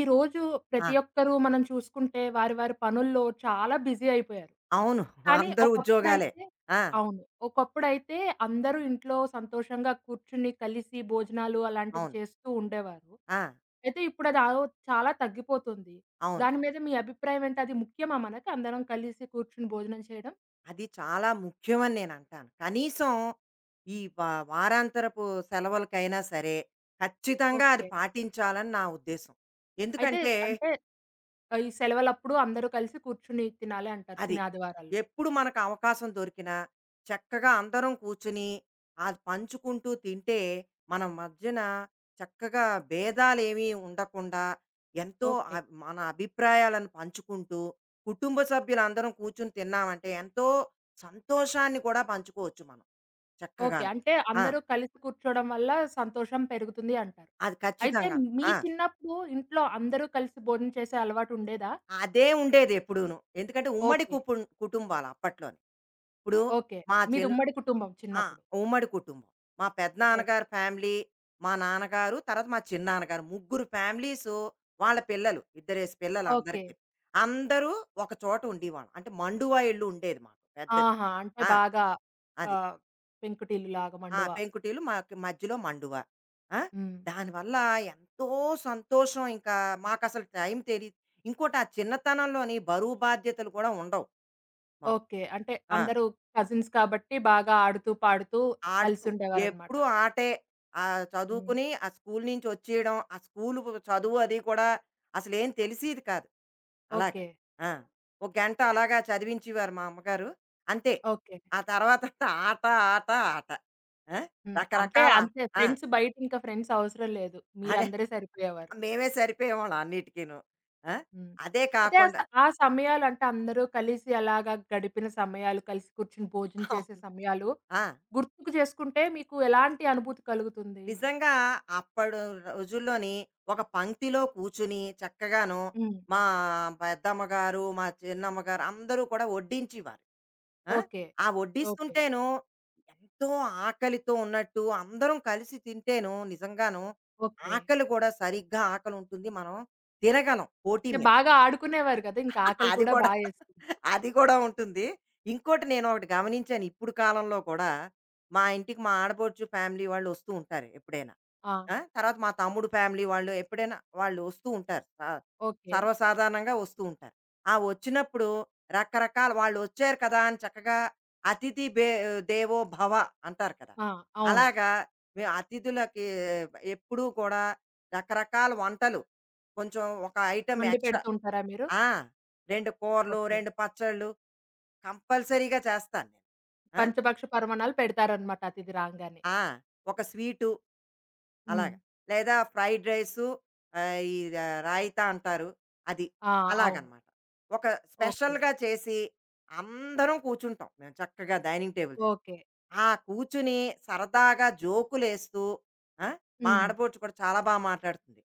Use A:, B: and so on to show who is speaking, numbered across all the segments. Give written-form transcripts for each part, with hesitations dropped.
A: ఈ రోజు
B: ఆ!
A: ప్రతి ఒక్కరు మనం చూసుకుంటే వారి వారి పనుల్లో చాలా బిజీ అయిపోయారు.
B: అవును.
A: కానీ
B: అందరూ ఉద్యోగాలే.
A: ఒకప్పుడైతే
B: ఆ!
A: అవును. ఒకప్పుడైతే అందరూ ఇంట్లో సంతోషంగా కూర్చుని కలిసి భోజనాలు అలాంటివి
B: అవును.
A: చేస్తూ ఉండేవారు.
B: ఆ!
A: అయితే ఇప్పుడు అది చాలా తగ్గిపోతుంది.
B: అవును.
A: దాని మీద మీ అభిప్రాయం ఏంటి? అది ముఖ్యమా మనకి అందరం కలిసి కూర్చుని భోజనం చేయడం?
B: అది చాలా ముఖ్యమని నేనంటాను. కనీసం ఈ వారాంతరపు సెలవులకైనా సరే ఖచ్చితంగా అది
A: ఓకే.
B: పాటించాలని నా ఉద్దేశం.
A: అయితే
B: ఎందుకంటే
A: అంటే ఈ సెలవులప్పుడు అందరూ కలిసి కూర్చుని తినాలి అంటారు
B: అది.
A: సినాదివారాల్లో.
B: ఎప్పుడు మనకు అవకాశం దొరికినా చక్కగా అందరం కూర్చుని, అది పంచుకుంటూ తింటే, మన మధ్యన చక్కగా భేదాలేమీ ఉండకుండా, ఎంతో
A: ఓకే.
B: మన అభిప్రాయాలను పంచుకుంటూ, కుటుంబ సభ్యులందరం కూర్చొని తిన్నామంటే, ఎంతో సంతోషాన్ని కూడా పంచుకోవచ్చు మనం
A: ఓకే.
B: చక్కగాను.
A: అంటే
B: ఆ!
A: అందరూ కలిసి కూర్చోవడం వల్ల సంతోషం పెరుగుతుంది అంటారు.
B: అది
A: అయితే
B: ఖచ్చితంగాను.
A: మీ
B: ఆ!
A: చిన్నప్పుడు ఇంట్లో అందరూ కలిసి భోజనం చేసే అలవాటు ఉండేదా?
B: అదే ఉండేదెప్పుడూను. ఎందుకంటే ఉమ్మడి
A: ఓకే.
B: కుటుంబాలు అప్పట్లోని. ఇప్పుడు
A: ఓకే.
B: మా
A: మీది
B: చిన్
A: ఉమ్మడి కుటుంబం
B: ఆ!
A: చిన్నప్పుడు.
B: ఉమ్మడి కుటుంబం. మా
A: ఓ
B: పెదనాన్నగారి ఫ్యామిలీ, మా నాన్నగారు, తర్వాత మా చిన్నాన్నగారు. ముగ్గురు ఫ్యామిలీసు వాళ్ళ పిల్లలు. ఇద్దరేసి పిల్లలు
A: ఓకే.
B: అందరికీ. అందరూ ఒక చోట ఉండేవాళ్ళం. అంటే మండువా ఇల్లు ఉండేది మాకు పెద్దది.
A: ఆహా! అంటే
B: ఆ!
A: బాగా
B: అది.
A: ఆహ్, పెంకుటిల్లులాగా
B: ఆ!
A: మండువ.
B: పెంకుటిల్లు మాకు మధ్యలో మండువా. ఆ!
A: హ్మ్.
B: దానివల్ల ఎంతో సంతోషం ఇంకా మాకసలు టైం తెలీదు. ఇంకోటి ఆ చిన్నతనంలోని బరువు బాధ్యతలు కూడా ఉండవు మాకు.
A: ఓకే. అంటే
B: ఆ!
A: అందరూ కజిన్స్ కాబట్టి బాగా ఆడుతూ, పాడుతూ
B: ఆడుతూ
A: కలిసుండేవారనమాట.
B: ఎప్పుడూ ఆటే.
A: హ్మ్.
B: చదువుకుని ఆ స్కూలు నుంచి వచ్చేయడం, ఆ స్కూలు చదువు అది కూడా అసలేం తెలిసేది కాదు. అలాగా.
A: ఓకే.
B: ఆ! ఒక గంట అలాగా చదివించేవారు మా అమ్మగారు. అంతే.
A: ఓకే.
B: ఆ తర్వాత ఆట, ఆట, ఆట. ఆ!
A: హ్మ్. అంటే
B: రకరకాల
A: అంతే
B: ఆ!
A: ఫ్రెండ్స్ బయట ఇంకా ఫ్రెండ్స్ అవసరం లేదు.
B: అదే
A: మీరందరే సరిపోయేవారు.
B: మేమే సరిపోయేవాళ్ళం అన్నిటికీను. ఆ!
A: హ్మ్.
B: అదే
A: అయితే
B: కాకుండా
A: ఆ సమయాలు అంటే అందరూ కలిసి అలాగా గడిపిన సమయాలు, కలిసి కూర్చొని భోజనం చేసే
B: అవును.
A: సమయాలు
B: ఆ!
A: గుర్తుకు చేసుకుంటే మీకు ఎలాంటి అనుభూతి కలుగుతుంది?
B: నిజంగా అప్పడు రోజుల్లోని ఒక పంక్తిలో కూర్చుని చక్కగాను
A: హ్మ్.
B: మా పెద్దమ్మ గారు, మా చిన్నమ్మ గారు అందరూ కూడా వడ్డించేవారు. ఆ!
A: ఓకే.
B: ఆ
A: ఓకే.
B: వడ్డిస్తుంటేను ఎంతో ఆకలితో ఉన్నట్టు అందరం కలిసి తింటేను నిజంగాను
A: ఓకే.
B: ఆకలి కూడా సరిగ్గా ఆకలుంటుంది. మనం తిరగలం పోటీ
A: అంటే
B: మీద.
A: బాగా ఆడుకునేవారు కదా! ఇంకా ఆకలి
B: అది
A: కూడా
B: కూడా
A: యేస్తుంది.
B: అది కూడా ఉంటుంది. ఇంకోటి నేనొకటి గమనించాను ఇప్పుడు కాలంలో కూడా మా ఇంటికి మా ఆడపడుచు ఫ్యామిలీ వాళ్ళొస్తూ ఉంటారు ఎప్పుడైనా.
A: ఆ!
B: ఆ! తర్వాత మా తమ్ముడు ఫ్యామిలీ వాళ్ళు ఎప్పుడైనా వాళ్ళు వస్తూ ఉంటారు.
A: ఓకే.
B: సర్వసాధారణంగా వస్తూ ఉంటారు. ఆ వచ్చినప్పుడు రకరకాల వాళ్ళొచ్చారు కదా అని చక్కగా అతిథి బే దేవో భవ అంటారు కదా!
A: ఆ! అవును.
B: అలాగా మేము అతిథులకి ఎప్పుడూ కూడా రకరకాల వంటలు కొంచెం ఒక ఐటెమ్
A: వండి
B: ఎక్స్‌ట్రా
A: పెడుతూ ఉంటారా మీరు?
B: ఆ! 2 కూరలు,
A: ఓకే.
B: 2 పచ్చళ్ళు కంపల్సరీగా చేస్తాను నేను. ఆ!
A: పంచభక్ష పరమాణాలు పెడతారనమాట అతిథి రాంగానే.
B: ఆ! ఒక స్వీటు
A: హ్మ్.
B: అలాగా. లేదా ఫ్రైడ్ రైసు ఆహ్, ఈ రాయితా అంటారు. అది.
A: ఆ! అవును.
B: అలాగనమాట. ఒక
A: ఓకే.
B: స్పెషల్‌గా చేసి అందరం కూర్చుంటాం. మేము చక్కగా డైనింగ్ టేబుల్ దగ్గర.
A: ఓకే.
B: ఆ! కూర్చుని సరదాగా జోకులేస్తూ ఆ! మా
A: హుహు.
B: ఆడపడుచు కూడా చాలా బా మాట్లాడుతుంది.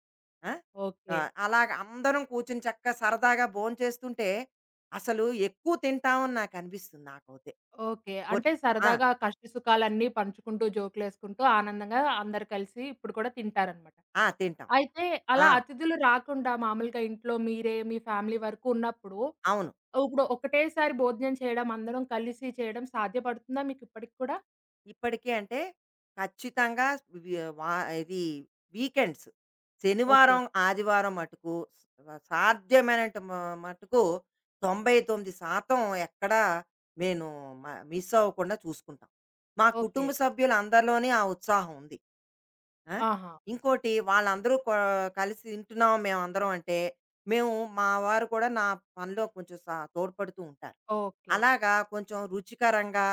B: ఆ!
A: ఓకే.
B: అలాగ అందరం కూర్చుని చక్కగా సరదాగా భోంచేస్తుంటే అసలు ఎక్కువ తింటామని నాకనిపిస్తుంది నాకైతే.
A: ఓకే.
B: ఒట్
A: అంటే
B: ఆ!
A: సరదాగా కష్ట సుఖాలన్నీ పంచుకుంటూ, జోకులేసుకుంటూ, ఆనందంగా అందరూ కలిసి ఇప్పుడు కూడా తింటారనమాట.
B: ఆ! తింటాం.
A: అయితే అలా
B: ఆ!
A: అతిథులు రాకుండా మామూలుగా ఇంట్లో మీరే, మీ ఫ్యామిలీ వరకు ఉన్నప్పుడు,
B: అవును.
A: ఇప్పుడు ఒకటేసారి భోజనం చేయడం, అందరం కలిసి చేయడం సాధ్యపడుతుందా మీకిప్పటికి కూడా?
B: ఇప్పటికీ అంటే ఖచ్చితంగా వి- వా ఇది వీకెండ్స్
A: ఓకే.
B: శనివారం ఆదివారం మటుకు సాధ్యమైనంత మటుకు 99% ఎక్కడ నేను మిస్ అవ్వకుండా చూసుకుంటాం మా
A: ఓకే.
B: కుటుంబ సభ్యులు అందరిలోనే ఆ ఉత్సాహం ఉంది ఆ?
A: ఆహా!
B: ఇంకోటి వాళ్ళందరూ కలిసి తింటున్నాం మేము అందరం అంటే మేము మా వారు కూడా నా పనిలో కొంచెం తోడ్పడుతూ ఉంటారు
A: ఓకే.
B: అలాగా కొంచెం రుచికరంగా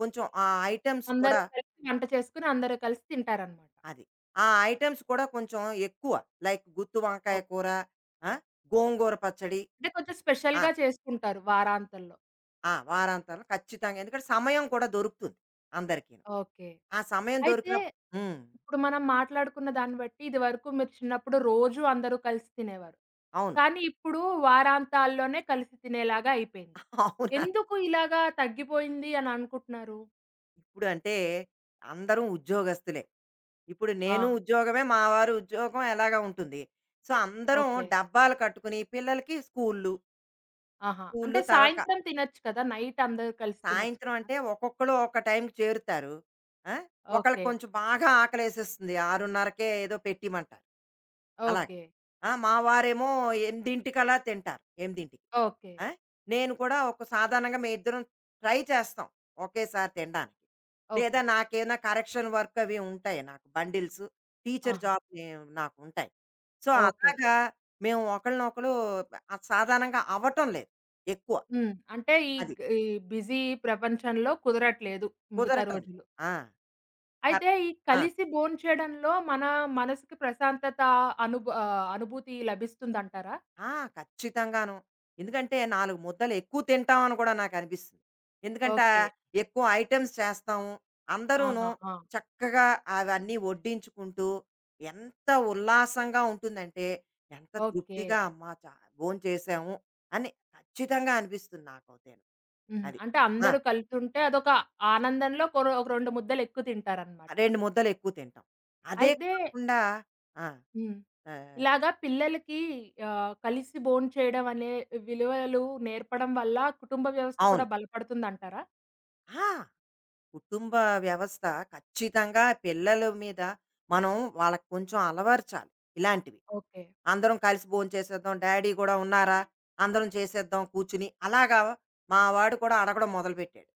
B: కొంచెం ఆ ఐటమ్స్
A: అందరూ
B: కూడా
A: కలిసి వంట చేసుకొని, అందరూ కలిసి తింటారనమాట.
B: అది. ఆ ఐటెమ్స్ కూడా కొంచెం ఎక్కువ. లైక్ గుత్తి వంకాయ
A: ఓకే.
B: కూర, ఆ! గోంగూర పచ్చడి.
A: అంటే కొంచెం
B: ఆ!
A: స్పెషల్‌గా చేసుకుంటారు వారాంతంలో.
B: ఆ! వారాంతంలో ఖచ్చితంగా. ఎందుకంటే సమయం కూడా దొరుకుతుంది అందరికీను.
A: ఓకే.
B: ఆ సమయం
A: అయితే
B: దొరికినప్పుడు హ్మ్.
A: ఇప్పుడు మనం మాట్లాడుకున్న దాన్ని బట్టి ఇదివరకు మీరు చిన్నప్పుడు రోజు అందరూ కలిసి తినేవారు.
B: అవును.
A: కానీ ఇప్పుడు వారాంతాల్లోనే కలిసి తినేలాగా అయిపోయింది.
B: అవునా?
A: ఎందుకు ఇలాగా తగ్గిపోయింది అని అనుకుంటున్నారు?
B: ఇప్పుడు అంటే అందరం ఉద్యోగస్తులే. ఇప్పుడు నేను
A: ఆ!
B: ఉద్యోగమే, మా వారు ఉద్యోగం ఎలాగా ఉంటుంది. సో, అందరం
A: ఓకే.
B: డబ్బాలు కట్టుకుని పిల్లలకి స్కూల్లు,
A: ఆహా!
B: స్కూల్లు
A: అంటే
B: తర్వాత
A: సాయంత్రం తినొచ్చు కదా! నైట్ అందరూ కలిసి తినొచ్చు
B: సాయంత్రం
A: కదా!
B: అంటే ఒక్కొక్కళ్ళు ఒక్క టైంకి చేరుతారు. ఆ! ఒకళ్ళకి
A: ఓకే.
B: కొంచెం బాగా ఆకలేసేస్తుంది. 6:30కే ఏదో పెట్టిమంటారు. అలాగా.
A: ఓకే.
B: ఆ! మా వారేమో 8:00కల్లా తింటారు. 8:00కి.
A: ఓకే.
B: ఆ! నేను కూడా ఒక సాధారణంగా మేమిద్దరం ట్రై చేస్తాం. ఒకేసారి తినడానికి. లేదా
A: ఓకే.
B: నాకేమైనా కరెక్షన్ వర్క్ అవి ఉంటాయి నాకు. బండిల్స్ టీచర్
A: ఆహా!
B: జాబ్ నే నాకుంటాయి. So,
A: okay.
B: అలాగా మేము ఒకళ్ళనొకళ్ళు సాధారణంగా అవ్వటం లేదు ఎక్కువ.
A: హ్మ్. అంటే
B: అది.
A: ఈ బిజీ ప్రపంచంలో కుదరట్లేదు మిగతా
B: కుదరటం లేదు.
A: రోజులు.
B: ఆ! కర్
A: అయితే ఈ
B: ఆ!
A: కలిసి భోంచేయడంలో మన మనసుకి ప్రశాంతత అనుభూతి లభిస్తుందంటారా?
B: ఆ! ఖచ్చితంగాను. ఎందుకంటే, 4 ముద్దలు ఎక్కువ తింటామని కూడా నాకనిపిస్తుంది. ఎందుకంటే,
A: ఓకే.
B: ఎక్కువ ఐటెమ్స్ చేస్తాము. అందరూను
A: ఆహా! ఆ!
B: చక్కగా అవన్నీ వడ్డించుకుంటూ, ఎంత ఉల్లాసంగా ఉంటుందంటే, ఎంత
A: ఓకే.
B: తృప్తిగా అమ్మా! భోంచేసాము అని ఖచ్చితంగా అనిపిస్తుంది నాకైతేను.
A: హ్మ్.
B: అది.
A: అంటే
B: ఆ!
A: అందరూ కలుతుంటే అదొక ఆనందంలో ఒక 2 ముద్దలు ఎక్కువ తింటారనమాట.
B: 2 ముద్దలు ఎక్కువ తింటాం. అదే
A: అయితే
B: కాకుండా ఆ!
A: హ్మ్.
B: ఆహ్,
A: ఇలాగా పిల్లలకి కలిసి భోంచేయడం అనే విలువలు నేర్పడం వల్ల కుటుంబ వ్యవస్థ కూడా
B: అవును.
A: బలపడుతుందంటారా?
B: ఆ! కుటుంబ వ్యవస్థ ఖచ్చితంగా పిల్లల మీద మనం వాళ్ళకి కొంచెం అలవర్చాలి ఇలాంటివి.
A: ఓకే.
B: అందరం కలిసి భోంచేసేద్దాం, డ్యాడీ గూడా ఉన్నారా? అందరం చేసేద్దాం కూర్చుని. అలాగా మా వాడు కూడా అడగడం మొదలుపెట్టాడు.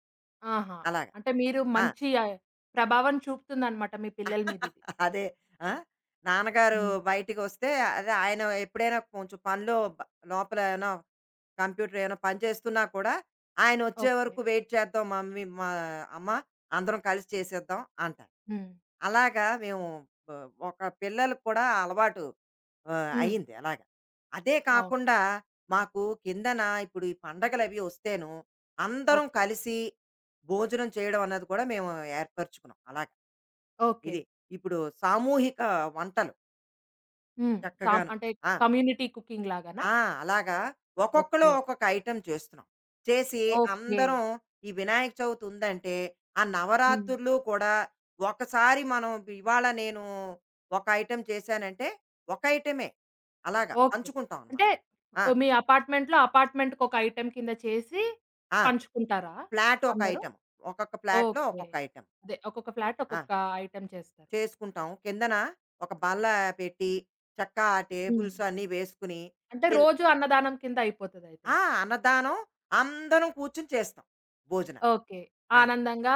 A: ఆహా!
B: అలాగా.
A: అంటే మీరు
B: ఆ!
A: మంచి ప్రభావం చూపుతుందనమాట మీ పిల్లల మీద ఇది.
B: అదే. ఆ! నాన్నగారు
A: హ్మ్.
B: బయటికొస్తే అదే ఆయన ఎప్పుడైనా కొంచెం పనిలో లోపల ఏమైనా కంప్యూటర్ ఏమైనా పని చేస్తున్నా కూడా ఆయనొచ్చే
A: ఓకే.
B: వరకు వెయిట్ చేద్దాం మమ్మీ మా అమ్మ అందరం కలిసి చేసేద్దాం అంటారు.
A: హ్మ్.
B: అలాగా మేము బ ఒక పిల్లలకి కూడా అలవాటు
A: హ్మ్.
B: అయింది అలాగా. అదే
A: అవును.
B: కాకుండా మాకు కిందన ఇప్పుడు ఈ పండగలవి వస్తేను అందరం
A: ఓకే.
B: కలిసి భోజనం చేయడం అన్నది కూడా మేము ఏర్పరుచుకున్నాం అలాగా.
A: ఓకే.
B: ఇది. ఇప్పుడు సామూహిక వంటలు
A: హ్మ్. సాం
B: చక్కగాను.
A: అంటే
B: ఆ!
A: కమ్యూనిటీ కుకింగ్ లాగానా?
B: ఆ! అలాగా ఒక్కొక్కళ్ళు
A: ఓకే.
B: ఒక్కొక్క ఐటెమ్ చేస్తున్నాం. చేసి
A: ఓకే.
B: అందరం ఈ వినాయక చవితి ఉందంటే, ఆ
A: హ్మ్.
B: నవరాత్రులు కూడా ఒకసారి మనం ఇవాళ నేను ఒక ఐటెమ్ చేశానంటే, ఒక ఐటెమే. అలాగా
A: ఓకే.
B: పంచుకుంటాం అనమాట.
A: అంటే
B: ఆ!
A: మీ అపార్ట్‌మెంట్‌లో అపార్ట్‌మెంట్‌కొక ఐటెమ్ కింద చేసి
B: ఆ!
A: పంచుకుంటారా
B: ఫ్లాట్ ఒక
A: అందరూ?
B: ఐటెమ్. ఒక్కొక్క ఫ్లాట్‌లో
A: ఓకే.
B: ఒక్కొక్క ఐటెమ్.
A: అదే ఒక్కొక్క ఫ్లాట్
B: ఆ!
A: ఒక్కొక్క ఐటెమ్ చేస్తారు.
B: చేసుకుంటాం. కిందన ఒక బల్ల పెట్టి చక్కా ఆ
A: హ్మ్.
B: టేబుల్స్ అన్నీ వేసుకుని
A: అంటే
B: పిల్
A: రోజు అన్నదానం కింద అయిపోతదయితే
B: ఆ!
A: అది.
B: అన్నదానం అందరం కూర్చొని చేస్తాం భోజనాలు.
A: ఓకే.
B: ఆ!
A: ఆనందంగా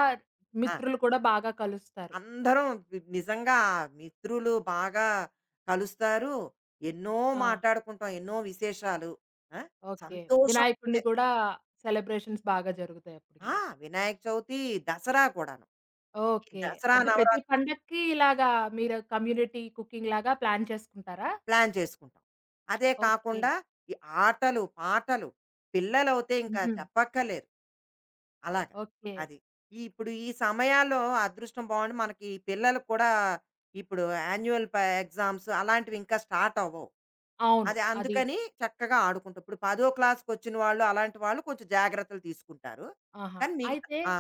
B: ఆ!
A: మిత్రులు కూడా బాగా కలుస్తారు.
B: అందరం నిజంగా మిత్రులు బాగా కలుస్తారు ఎన్నో
A: ఆ!
B: మాట్లాడుకుంటాం ఎన్నో విశేషాలు ఆ?
A: ఓకే.
B: సంతోషం అంటే,
A: వినాయకుడిని కూడా సెలబ్రేషన్స్ బాగా
B: ఆ,
A: జరుగుతాయప్పుడింక.
B: వినాయక చవితి దసరా కూడాను ఈ
A: ఓకే.
B: దసరా
A: అంటే ప్రతి
B: నవరాత్రి
A: పండక్కి ఇలాగా మీరు కమ్యూనిటీ కుకింగ్ లాగా ప్లాన్ చేసుకుంటారా?
B: ప్లాన్ చేసుకుంటాం అదే
A: ఓకే.
B: కాకుండా ఈ ఆటలు పాటలు పిల్లలు అయితే ఇంకా
A: హుహు.
B: చెప్పక్కర్లేదు అలాగా
A: ఓకే.
B: అది ఇప్పుడు ఈ సమయాల్లో అదృష్టం బాగుండి మనకి ఈ పిల్లలకు కూడా ఇప్పుడు యాన్యువల్ ఎగ్జామ్స్ అలాంటివి ఇంకా స్టార్ట్ అవ్వవు
A: అవును.
B: అది
A: అది
B: అందుకని చక్కగా ఆడుకుంటాం. ఇప్పుడు 10వ క్లాస్‌కొచ్చిన వాళ్ళు, అలాంటి వాళ్ళు కొంచెం జాగ్రత్తలు తీసుకుంటారు.
A: ఆహా!
B: కానీ మిగతా
A: అయితే
B: ఆ!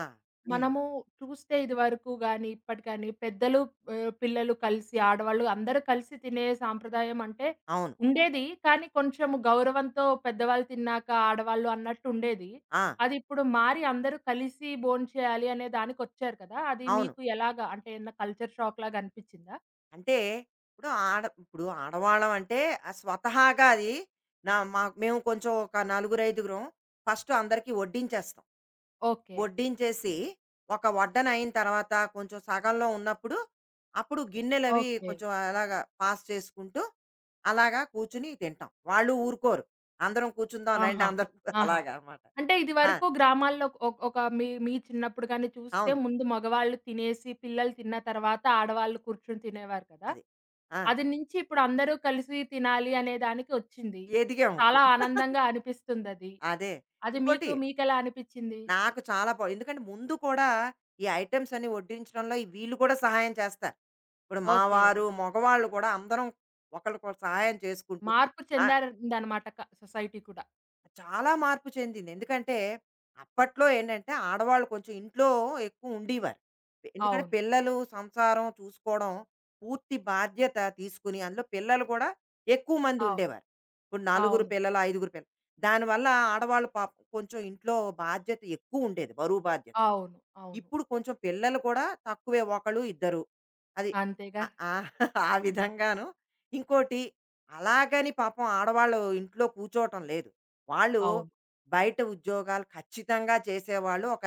B: హ్మ్.
A: మనము చూస్తే ఇదివరకు గాని, ఇప్పటి కానీ పెద్దలు పిల్లలు కలిసి, ఆడవాళ్ళు అందరూ కలిసి తినే సాంప్రదాయం అంటే
B: అవును.
A: ఉండేది. కానీ కొంచెం గౌరవంతో పెద్దవాళ్ళు తిన్నాక ఆడవాళ్ళు అన్నట్టు ఉండేది.
B: ఆ!
A: అది ఇప్పుడు మారి అందరూ కలిసి భోంచేయాలి అనే దానికొచ్చారు కదా! అది
B: అవును.
A: మీకు ఎలాగా అంటే ఏమన్నా కల్చర్ షాక్‌లాగా అనిపించిందా?
B: అంటే ఇప్పుడు ఆడవాళ్ళం అంటే స్వతహాగా అది నా మా మేము కొంచెం ఒక నలుగురు, ఐదుగురం ఫస్ట్ అందరికీ వడ్డించేస్తాం.
A: ఓకే.
B: వడ్డించేసి, ఒక వడ్డన అయిన తర్వాత కొంచెం సగంలో ఉన్నప్పుడు, అప్పుడు గిన్నెలవి
A: ఓకే.
B: కొంచెం అలాగా పాస్ చేసుకుంటూ, అలాగా కూర్చొని తింటాం. వాళ్ళు ఊరుకోరు. అందరం కూర్చుందాం రండి
A: ఆహా!
B: అందరం
A: ఆహా!
B: అలాగా అన్నమాట.
A: అంటే
B: ఆ!
A: ఇదివరకు గ్రామాల్లో ఒక మీ మీ చిన్నప్పుడు గాని చూస్తే
B: అవును.
A: ముందు మగవాళ్ళు తినేసి, పిల్లలు తిన్న తర్వాత ఆడవాళ్ళు కూర్చొని తినేవారు కదా!
B: అది. ఆ!
A: అది నుంచి ఇప్పుడు అందరూ కలిసి తినాలి అనే దానికి ఒచ్చింది.
B: ఎదిగాం
A: చాలా
B: ఇప్పుడు.
A: ఆనందంగా అనిపిస్తుందది.
B: అదే.
A: అది
B: ఇంకోటి
A: మీకు మీకెలా అనిపిచ్చింది?
B: నాకు చాలా బా ఎందుకంటే ముందు కూడా ఈ ఐటెమ్స్ అన్నీ వడ్డించడంలో ఈ వీళ్ళు కూడా సహాయం చేస్తారు. ఇప్పుడు మా
A: ఓకే.
B: వారు, మగవాళ్ళు కూడా అందరం ఒకళ్ళకొకళ్ళు సహాయం చేసుకుంటూ
A: మార్పు
B: ఆ!
A: చెందారదనమాట క సొసైటీ కూడా.
B: చాలా మార్పు చెందింది. ఎందుకంటే, అప్పట్లో ఏంటంటే, ఆడవాళ్ళు కొంచెం ఇంట్లో ఎక్కువ ఉండేవారు. ఎందుకంటే,
A: అవును.
B: పిల్లలు, సంసారం చూసుకోవడం పూర్తి బాధ్యత తీసుకుని, అందులో పిల్లలు కూడా ఎక్కువ మంది
A: అవును.
B: ఉండేవారు. ఇప్పుడు నలుగురు
A: అవును.
B: పిల్లలు, ఐదుగురు పిల్లలు. దానివల్ల ఆడవాళ్ళు పాపం కొంచెం ఇంట్లో బాధ్యత ఎక్కువ ఉండేది. బరువు బాధ్యత.
A: అవును. అవును.
B: ఇప్పుడు కొంచెం పిల్లలు కూడా తక్కువే. ఒకళ్ళు, ఇద్దరు. అది అ
A: అంతేగా!
B: ఆహ్, ఆ విధంగాను. ఇంకోటి అలాగని పాపం ఆడవాళ్ళు ఇంట్లో కూర్చోవటం లేదు. వాళ్ళు
A: అవును.
B: బయట ఉద్యోగాలు ఖచ్చితంగా చేసేవాళ్ళు ఒక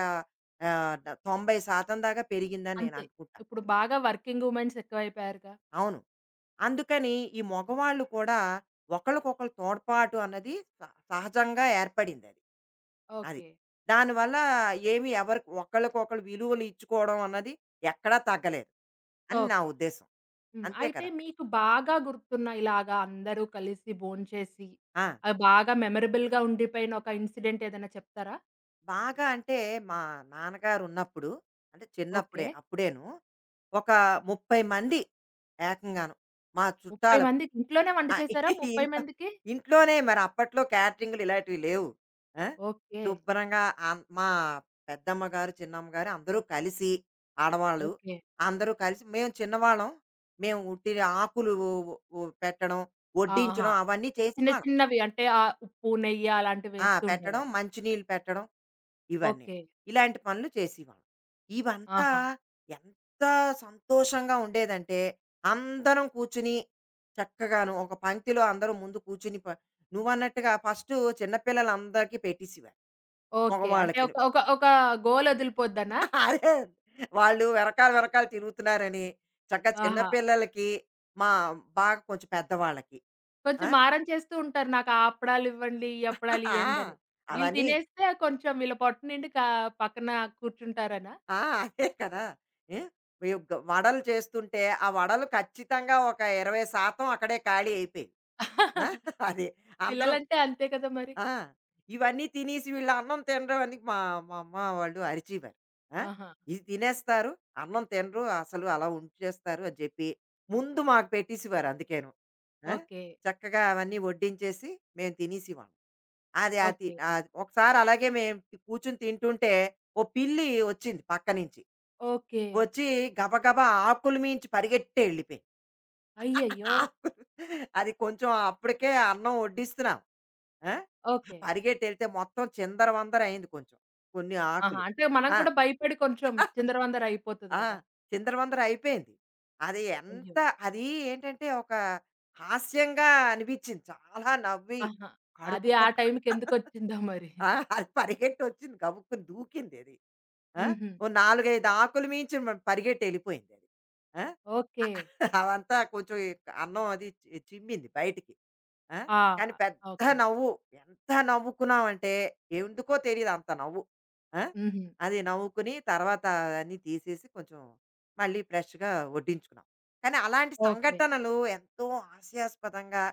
B: ఆహ్, డ 90% దాకా పెరిగిందని నేను
A: అంతే.
B: అనుకుంటాను.
A: ఇప్పుడు బాగా వర్కింగ్ వుమెన్స్ ఎక్కువైపోయారుగా.
B: అవును. అందుకని ఈ మగవాళ్ళు కూడా ఒకళ్ళకొకళ్ళు తోడ్పాటు అన్నది స సహజంగా ఏర్పడిందది. అది. అది
A: ఓకే.
B: దానివల్ల ఏమి ఎవరి ఒకళ్ళకొకళ్ళు విలువలు ఇచ్చుకోవడం అన్నది ఎక్కడా తగ్గలేదు అని నా
A: ఓకే.
B: ఉద్దేశం.
A: హ్మ్.
B: అంతే
A: అయితే
B: కదా!
A: మీకు బాగా గుర్తున్న ఇలాగా అందరూ కలిసి భోంచేసి,
B: ఆ!
A: అది బాగా మెమరబుల్‌గా ఉండిపోయిన ఒక ఇన్సిడెంట్ ఏదైనా చెప్తారా?
B: బాగా అంటే మా నాన్నగారు ఉన్నప్పుడు అంటే చిన్నప్పుడే
A: ఓకే.
B: అప్పుడేను ఒక 30 మంది ఏకంగాను మా
A: 30
B: చుట్టాలు
A: మందికి ఇంట్లోనే వంట
B: ఆ,
A: చేసారా 30
B: ఇంట్లో
A: మందికి?
B: ఇంట్లోనే మరి అప్పట్లో క్యాటరింగ్లు ఇలాంటివి లేవు ఆ?
A: ఓకే.
B: శుభ్రంగా మా పెద్దమ్మ గారు చిన్నమ్మ గారు అందరూ కలిసి ఆడవాళ్ళు
A: ఓకే.
B: అందరూ కలిసి మేము చిన్నవాళ్ళం మేము ఉట్టి ఆకులు పెట్టడం
A: ఆహా!
B: వడ్డించడం అవన్నీ
A: చిన్న
B: చేసేవాళ్ళం
A: చిన్నవి అంటే ఉప్పు, నెయ్యి అలాంటివి
B: ఆ,
A: వేస్తూ
B: పెట్టడం
A: ఉండేవారు.
B: మంచినీళ్ళు పెట్టడం ఇవన్నీ.
A: ఓకే.
B: ఇలాంటి పనులు చేసేవాళ్ళం. ఇవంతా
A: ఆహా!
B: ఎంత సంతోషంగా ఉండేదంటే, అందరం కూర్చుని చక్కగాను ఒక పంక్తిలో అందరూ ముందు కూర్చుని నువ్వన్నట్టుగా ఫస్టు చిన్న పిల్లలందరికీ పెట్టేసేవారు.
A: ఓకే. అంటే
B: మగవాళ్ళకిను.
A: ఒక ఒక ఒక గోలొదిలిపోద్దనా?
B: అదే వాళ్ళు వెనకాల వెనకాల తిరుగుతున్నారని చక్కగా చిన్న
A: ఆహా!
B: పిల్లలకి, మా బాగా కొంచెం పెద్దవాళ్ళకి. ఆ!
A: కొంచెం మారం చేస్తూ ఉంటారు. నాకు ఆ అప్పడాలివ్వండి, ఈ
B: ఆ!
A: అప్పడాలియ్యండని. వీళ్ళు
B: అవన్నీ
A: తినేస్తే కొంచెం వీళ్ళ పొట్ట నిండి పక్కన కూర్చుంటారనా?
B: ఆ! అదే కదా! ఏహ్! మేము వడలు చేస్తుంటే, ఆ వడలు ఖచ్చితంగా ఒక 20% అక్కడే ఖాళీ అయిపోయేవి. ఆ! అది. అందరం
A: పిల్లలంటే అంతే కదా మరి.
B: ఆ! ఇవన్నీ తినేసి వీళ్ళు అన్నం తినరు అని మా మా అమ్మ వాళ్ళు అరిచేవారు. ఆ!
A: ఆహా!
B: ఇది తినేస్తారు, అన్నం తినరు అసలు అలా ఉంచేస్తారు అని చెప్పి, ముందు మాకు పెట్టేసేవారు అందుకేను. ఆ!
A: ఓకే.
B: చక్కగా అవన్నీ వడ్డించేసి మేము తినేసేవాళ్ళం. అది
A: ఓకే.
B: ఒకసారి అలాగే మేము కూర్చొని తింటుంటే, ఓ పిల్లి వచ్చింది పక్క నుంచి.
A: ఓకే.
B: వచ్చి గబగబా ఆకుల మీంచి పరిగెట్టే వెళ్ళిపోయి.
A: అయ్యయ్యో!
B: ఆకులు అది కొంచెం అప్పటికే అన్నం వడ్డిస్తున్నాం. ఆ! ఆ
A: ఓకే.
B: పరిగెట్టి ఎళ్తే మొత్తం చిందరవందర అయింది కొంచెం. కొన్ని
A: ఆహా!
B: ఆకులు.
A: అంటే మనం
B: ఆ!
A: కూడా భయపడి కొంచెం చిందరవందర అయిపోతది
B: ఆ!
A: కదా!
B: చిందరవందర అయిపోయింది. అది
A: అయ్యో!
B: ఎంత అది ఏంటంటే ఒక హాస్యంగా అనిపించింది. చాలా నవ్వి
A: ఆహా!
B: కడుపు
A: అది ఆ
B: పట్టుకొని
A: టైంకెందుకొచ్చిందో మరి.
B: ఆ! అది పరిగెట్టొచ్చింది గబుక్కున దూకిందది. ఆ!
A: హుహు.
B: ఓ 4, 5 ఆకులు మించి పరిగెట్టి ఎళ్ళిపోయింది అది. ఆ!
A: ఓకే.
B: అవంతా కొంచెం ఈ అన్నం అది చిమ్మింది బయటికి. ఆ!
A: ఆ!
B: కానీ పెద్ద
A: ఓకే.
B: నవ్వు. ఎంత నవ్వుకున్నామంటే ఎందుకో తెలీదు అంత నవ్వు. ఆ!
A: హుహు.
B: అది నవ్వుకుని తర్వాత అన్నీ తీసేసి కొంచెం మళ్ళీ ఫ్రెష్‌గా వడ్డించుకున్నాం. కానీ అలాంటి
A: ఓకే.
B: సంఘటనలు ఎంతో హాస్యాస్పదంగా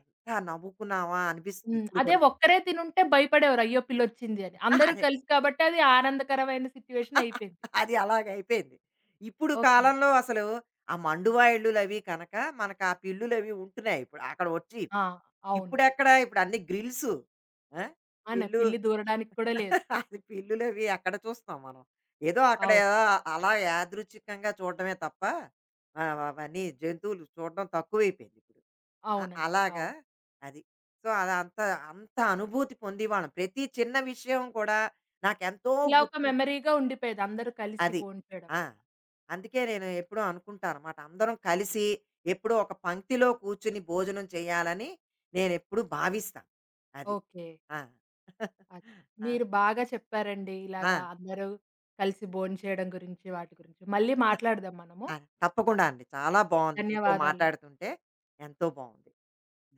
B: ఎంత నవ్వుకున్నామా అనిపిస్తుంది
A: హ్మ్.
B: ఇప్పుడు
A: అదే
B: కూడా.
A: ఒక్కరే తినుంటే భయపడేవారు. అయ్యో! పిల్లొచ్చింది అని. అందరూ
B: అదే.
A: కలిసి కాబట్టి అది ఆనందకరమైన సిట్యుయేషన్ అయిపోయింది.
B: అది అలాగైపోయింది. ఇప్పుడు
A: ఓకే.
B: కాలంలో అసలు ఆ మండువా ఇళ్ళులవి కనక మనకు ఆ పిల్లులవి ఉంటున్నాయి ఇప్పుడు. అక్కడ వచ్చి
A: ఆ! అవును.
B: ఇప్పుడెక్కడ ఇప్పుడు అన్ని గ్రిల్సు. ఆ!
A: అనే
B: పిల్లు
A: పిల్లి దూరడానికి కూడా లేదు.
B: అది పిల్లులవి ఎక్కడ చూస్తాం మనం. ఏదో అక్కడ
A: అవును.
B: ఏదో అలా యాదృచ్ఛికంగా చూడడమే తప్ప అవన్నీ జంతువులు చూడడం తక్కువైపోయింది ఇప్పుడు.
A: అవునండి.
B: అలాగా
A: అవును.
B: అది. సో, అదంత అంత అంత అనుభూతి పొందేవాళ్ళం. ప్రతి చిన్న విషయం కూడా నాకెంతో
A: ఇలా ఒక
B: గుర్తు
A: మెమరీగా ఉండిపోయేది. అందరూ కలిసి
B: అది.
A: భోంచేయడం
B: ఆ!
A: వల్ల.
B: అందుకే నేను ఎప్పుడూ అనుకుంటానమాట. అందరం కలిసి ఎప్పుడో ఒక పంక్తిలో కూర్చొని భోజనం చేయాలని నేనెప్పుడూ భావిస్తాను. అది.
A: ఓకే.
B: ఆ!
A: అది.
B: ఆ!
A: మీరు బాగా చెప్పారండి.
B: ఆ!
A: ఇలాగా అందరూ కలిసి భోంచేయడం గురించి, వాటి గురించి. మళ్ళీ మాట్లాడదాం మనము.
B: ఆ! తప్పకుండా అండి. చాలా బావుంది. మీతో
A: ధన్యవాదాలు.
B: మాట్లాడుతుంటే ఎంతో బావుంది.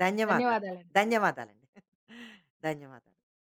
B: ధన్యవాదాలు.
A: ధన్యవాదాలండి.
B: ధన్యవాదాలండి. ధన్యవాదాలు.